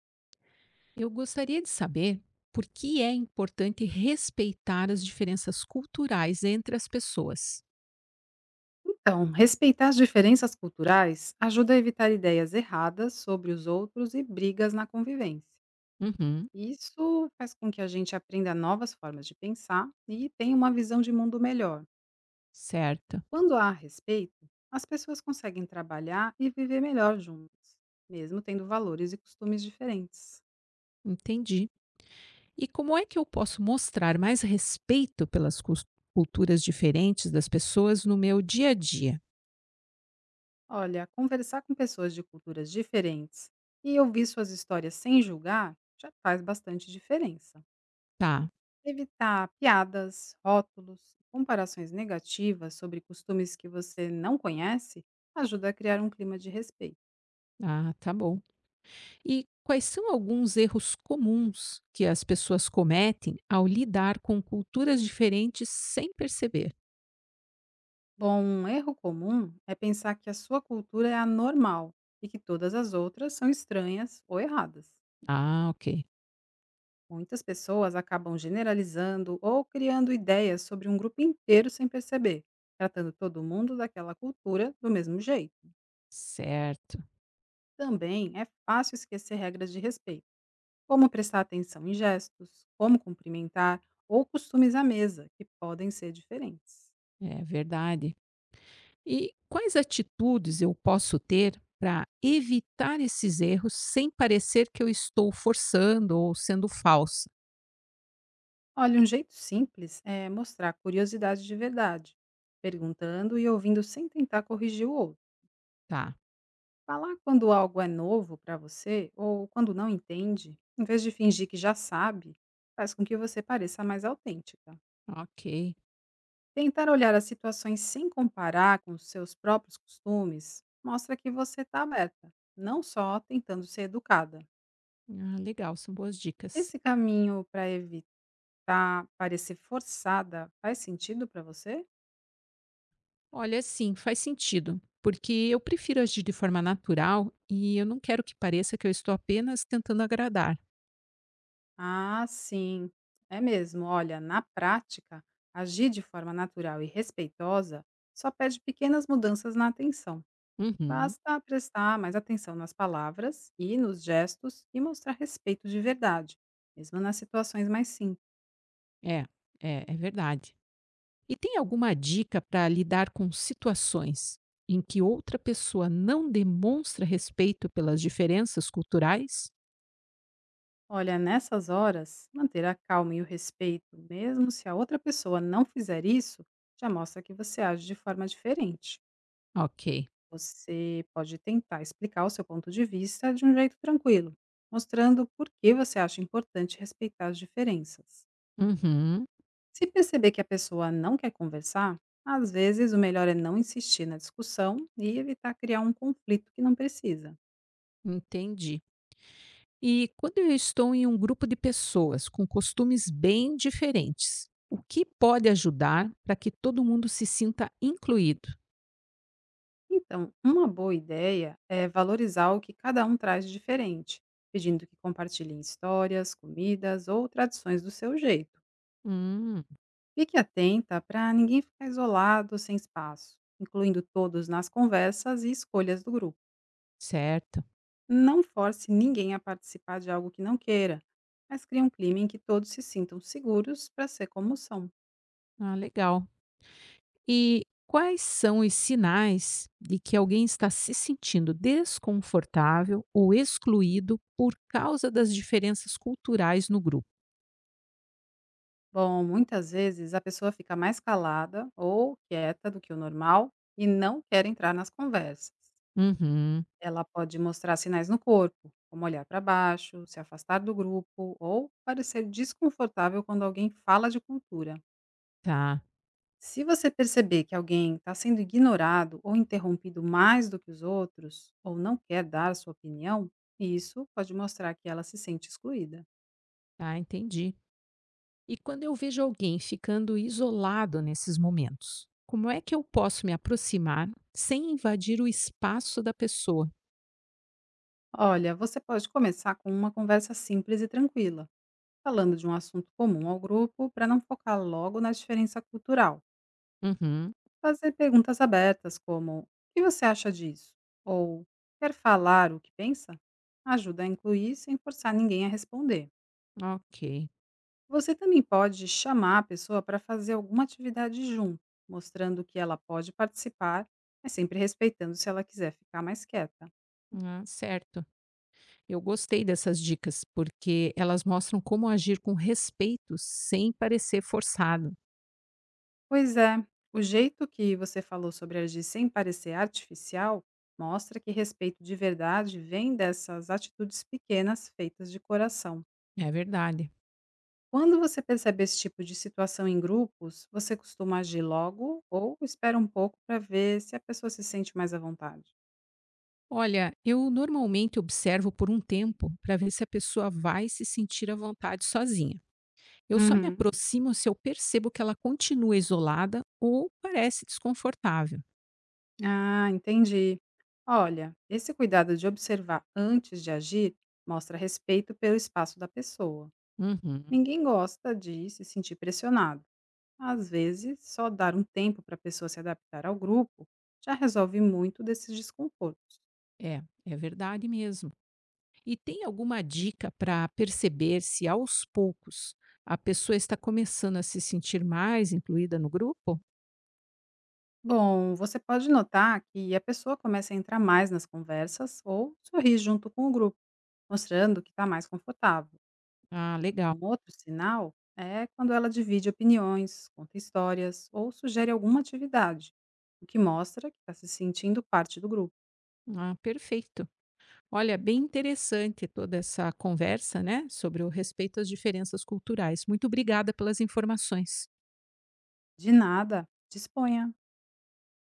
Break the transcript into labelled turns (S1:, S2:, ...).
S1: Eu gostaria de saber por que é importante respeitar as diferenças culturais entre as pessoas.
S2: Então, respeitar as diferenças culturais ajuda a evitar ideias erradas sobre os outros e brigas na convivência.
S1: Uhum,
S2: Isso faz com que a gente aprenda novas formas de pensar e tenha uma visão de mundo melhor.
S1: certo.
S2: Quando há respeito, as pessoas conseguem trabalhar e viver melhor juntas, mesmo tendo valores e costumes diferentes.
S1: Entendi. E como é que eu posso mostrar mais respeito pelas culturas diferentes das pessoas no meu dia a dia?
S2: Olha, conversar com pessoas de culturas diferentes e ouvir suas histórias sem julgar já faz bastante diferença.
S1: Tá.
S2: Evitar piadas, rótulos, comparações negativas sobre costumes que você não conhece ajuda a criar um clima de respeito.
S1: Ah, tá bom. E quais são alguns erros comuns que as pessoas cometem ao lidar com culturas diferentes sem perceber?
S2: Bom, um erro comum é pensar que a sua cultura é a normal e que todas as outras são estranhas ou erradas.
S1: Ah, ok.
S2: Muitas pessoas acabam generalizando ou criando ideias sobre um grupo inteiro sem perceber, tratando todo mundo daquela cultura do mesmo jeito.
S1: Certo.
S2: Também é fácil esquecer regras de respeito como prestar atenção em gestos, como cumprimentar ou costumes à mesa, que podem ser diferentes.
S1: É verdade. E quais atitudes eu posso ter para evitar esses erros sem parecer que eu estou forçando ou sendo falsa?
S2: Olha, um jeito simples é mostrar curiosidade de verdade, perguntando e ouvindo sem tentar corrigir o outro.
S1: Tá,
S2: Falar quando algo é novo para você ou quando não entende, em vez de fingir que já sabe, faz com que você pareça mais autêntica.
S1: ok.
S2: Tentar olhar as situações sem comparar com os seus próprios costumes mostra que você está aberta, não só tentando ser educada.
S1: Ah, legal, são boas dicas.
S2: Esse caminho para evitar parecer forçada faz sentido para você?
S1: Olha, sim, faz sentido, porque eu prefiro agir de forma natural e eu não quero que pareça que eu estou apenas tentando agradar.
S2: Ah, sim. É mesmo. Olha, na prática, agir de forma natural e respeitosa só pede pequenas mudanças na atenção.
S1: Uhum.
S2: Basta prestar mais atenção nas palavras e nos gestos e mostrar respeito de verdade, mesmo nas situações mais simples.
S1: É, é verdade. E tem alguma dica para lidar com situações em que outra pessoa não demonstra respeito pelas diferenças culturais?
S2: Olha, nessas horas, manter a calma e o respeito, mesmo se a outra pessoa não fizer isso, já mostra que você age de forma diferente.
S1: Ok.
S2: Você pode tentar explicar o seu ponto de vista de um jeito tranquilo, mostrando por que você acha importante respeitar as diferenças.
S1: Uhum,
S2: Se perceber que a pessoa não quer conversar, às vezes o melhor é não insistir na discussão e evitar criar um conflito que não precisa.
S1: entendi. E quando eu estou em um grupo de pessoas com costumes bem diferentes, o que pode ajudar para que todo mundo se sinta incluído?
S2: Então, uma boa ideia é valorizar o que cada um traz de diferente, pedindo que compartilhem histórias, comidas ou tradições do seu jeito.
S1: Hum,
S2: Fique atenta para ninguém ficar isolado sem espaço, incluindo todos nas conversas e escolhas do grupo.
S1: certo.
S2: Não force ninguém a participar de algo que não queira, mas crie um clima em que todos se sintam seguros para ser como são.
S1: Ah, legal. E quais são os sinais de que alguém está se sentindo desconfortável ou excluído por causa das diferenças culturais no grupo?
S2: Bom, muitas vezes a pessoa fica mais calada ou quieta do que o normal e não quer entrar nas conversas.
S1: Uhum,
S2: Ela pode mostrar sinais no corpo, como olhar para baixo, se afastar do grupo ou parecer desconfortável quando alguém fala de cultura.
S1: tá,
S2: Se você perceber que alguém está sendo ignorado ou interrompido mais do que os outros, ou não quer dar sua opinião, isso pode mostrar que ela se sente excluída.
S1: tá, entendi. E quando eu vejo alguém ficando isolado nesses momentos, como é que eu posso me aproximar sem invadir o espaço da pessoa?
S2: Olha, você pode começar com uma conversa simples e tranquila, falando de um assunto comum ao grupo para não focar logo na diferença cultural.
S1: Uhum,
S2: Fazer perguntas abertas como: o que você acha disso? Ou quer falar o que pensa? Ajuda a incluir sem forçar ninguém a responder.
S1: ok.
S2: Você também pode chamar a pessoa para fazer alguma atividade junto, mostrando que ela pode participar, mas sempre respeitando se ela quiser ficar mais quieta.
S1: Ah, certo. Eu gostei dessas dicas, porque elas mostram como agir com respeito sem parecer forçado.
S2: Pois é, o jeito que você falou sobre agir sem parecer artificial mostra que respeito de verdade vem dessas atitudes pequenas feitas de coração.
S1: É verdade.
S2: Quando você percebe esse tipo de situação em grupos, você costuma agir logo ou espera um pouco para ver se a pessoa se sente mais à vontade?
S1: Olha, eu normalmente observo por um tempo para ver se a pessoa vai se sentir à vontade sozinha. Eu só me
S2: Uhum.
S1: aproximo se eu percebo que ela continua isolada ou parece desconfortável.
S2: Ah, entendi. Olha, esse cuidado de observar antes de agir mostra respeito pelo espaço da pessoa.
S1: Uhum.
S2: Ninguém gosta de se sentir pressionado. Às vezes, só dar um tempo para a pessoa se adaptar ao grupo já resolve muito desses desconfortos.
S1: É, é verdade mesmo. E tem alguma dica para perceber se aos poucos a pessoa está começando a se sentir mais incluída no grupo?
S2: Bom, você pode notar que a pessoa começa a entrar mais nas conversas ou sorrir junto com o grupo, mostrando que está mais confortável.
S1: Ah, legal.
S2: Um outro sinal é quando ela divide opiniões, conta histórias ou sugere alguma atividade, o que mostra que está se sentindo parte do grupo.
S1: Ah, perfeito. Olha, bem interessante toda essa conversa, né, sobre o respeito às diferenças culturais. Muito obrigada pelas informações.
S2: De nada, disponha.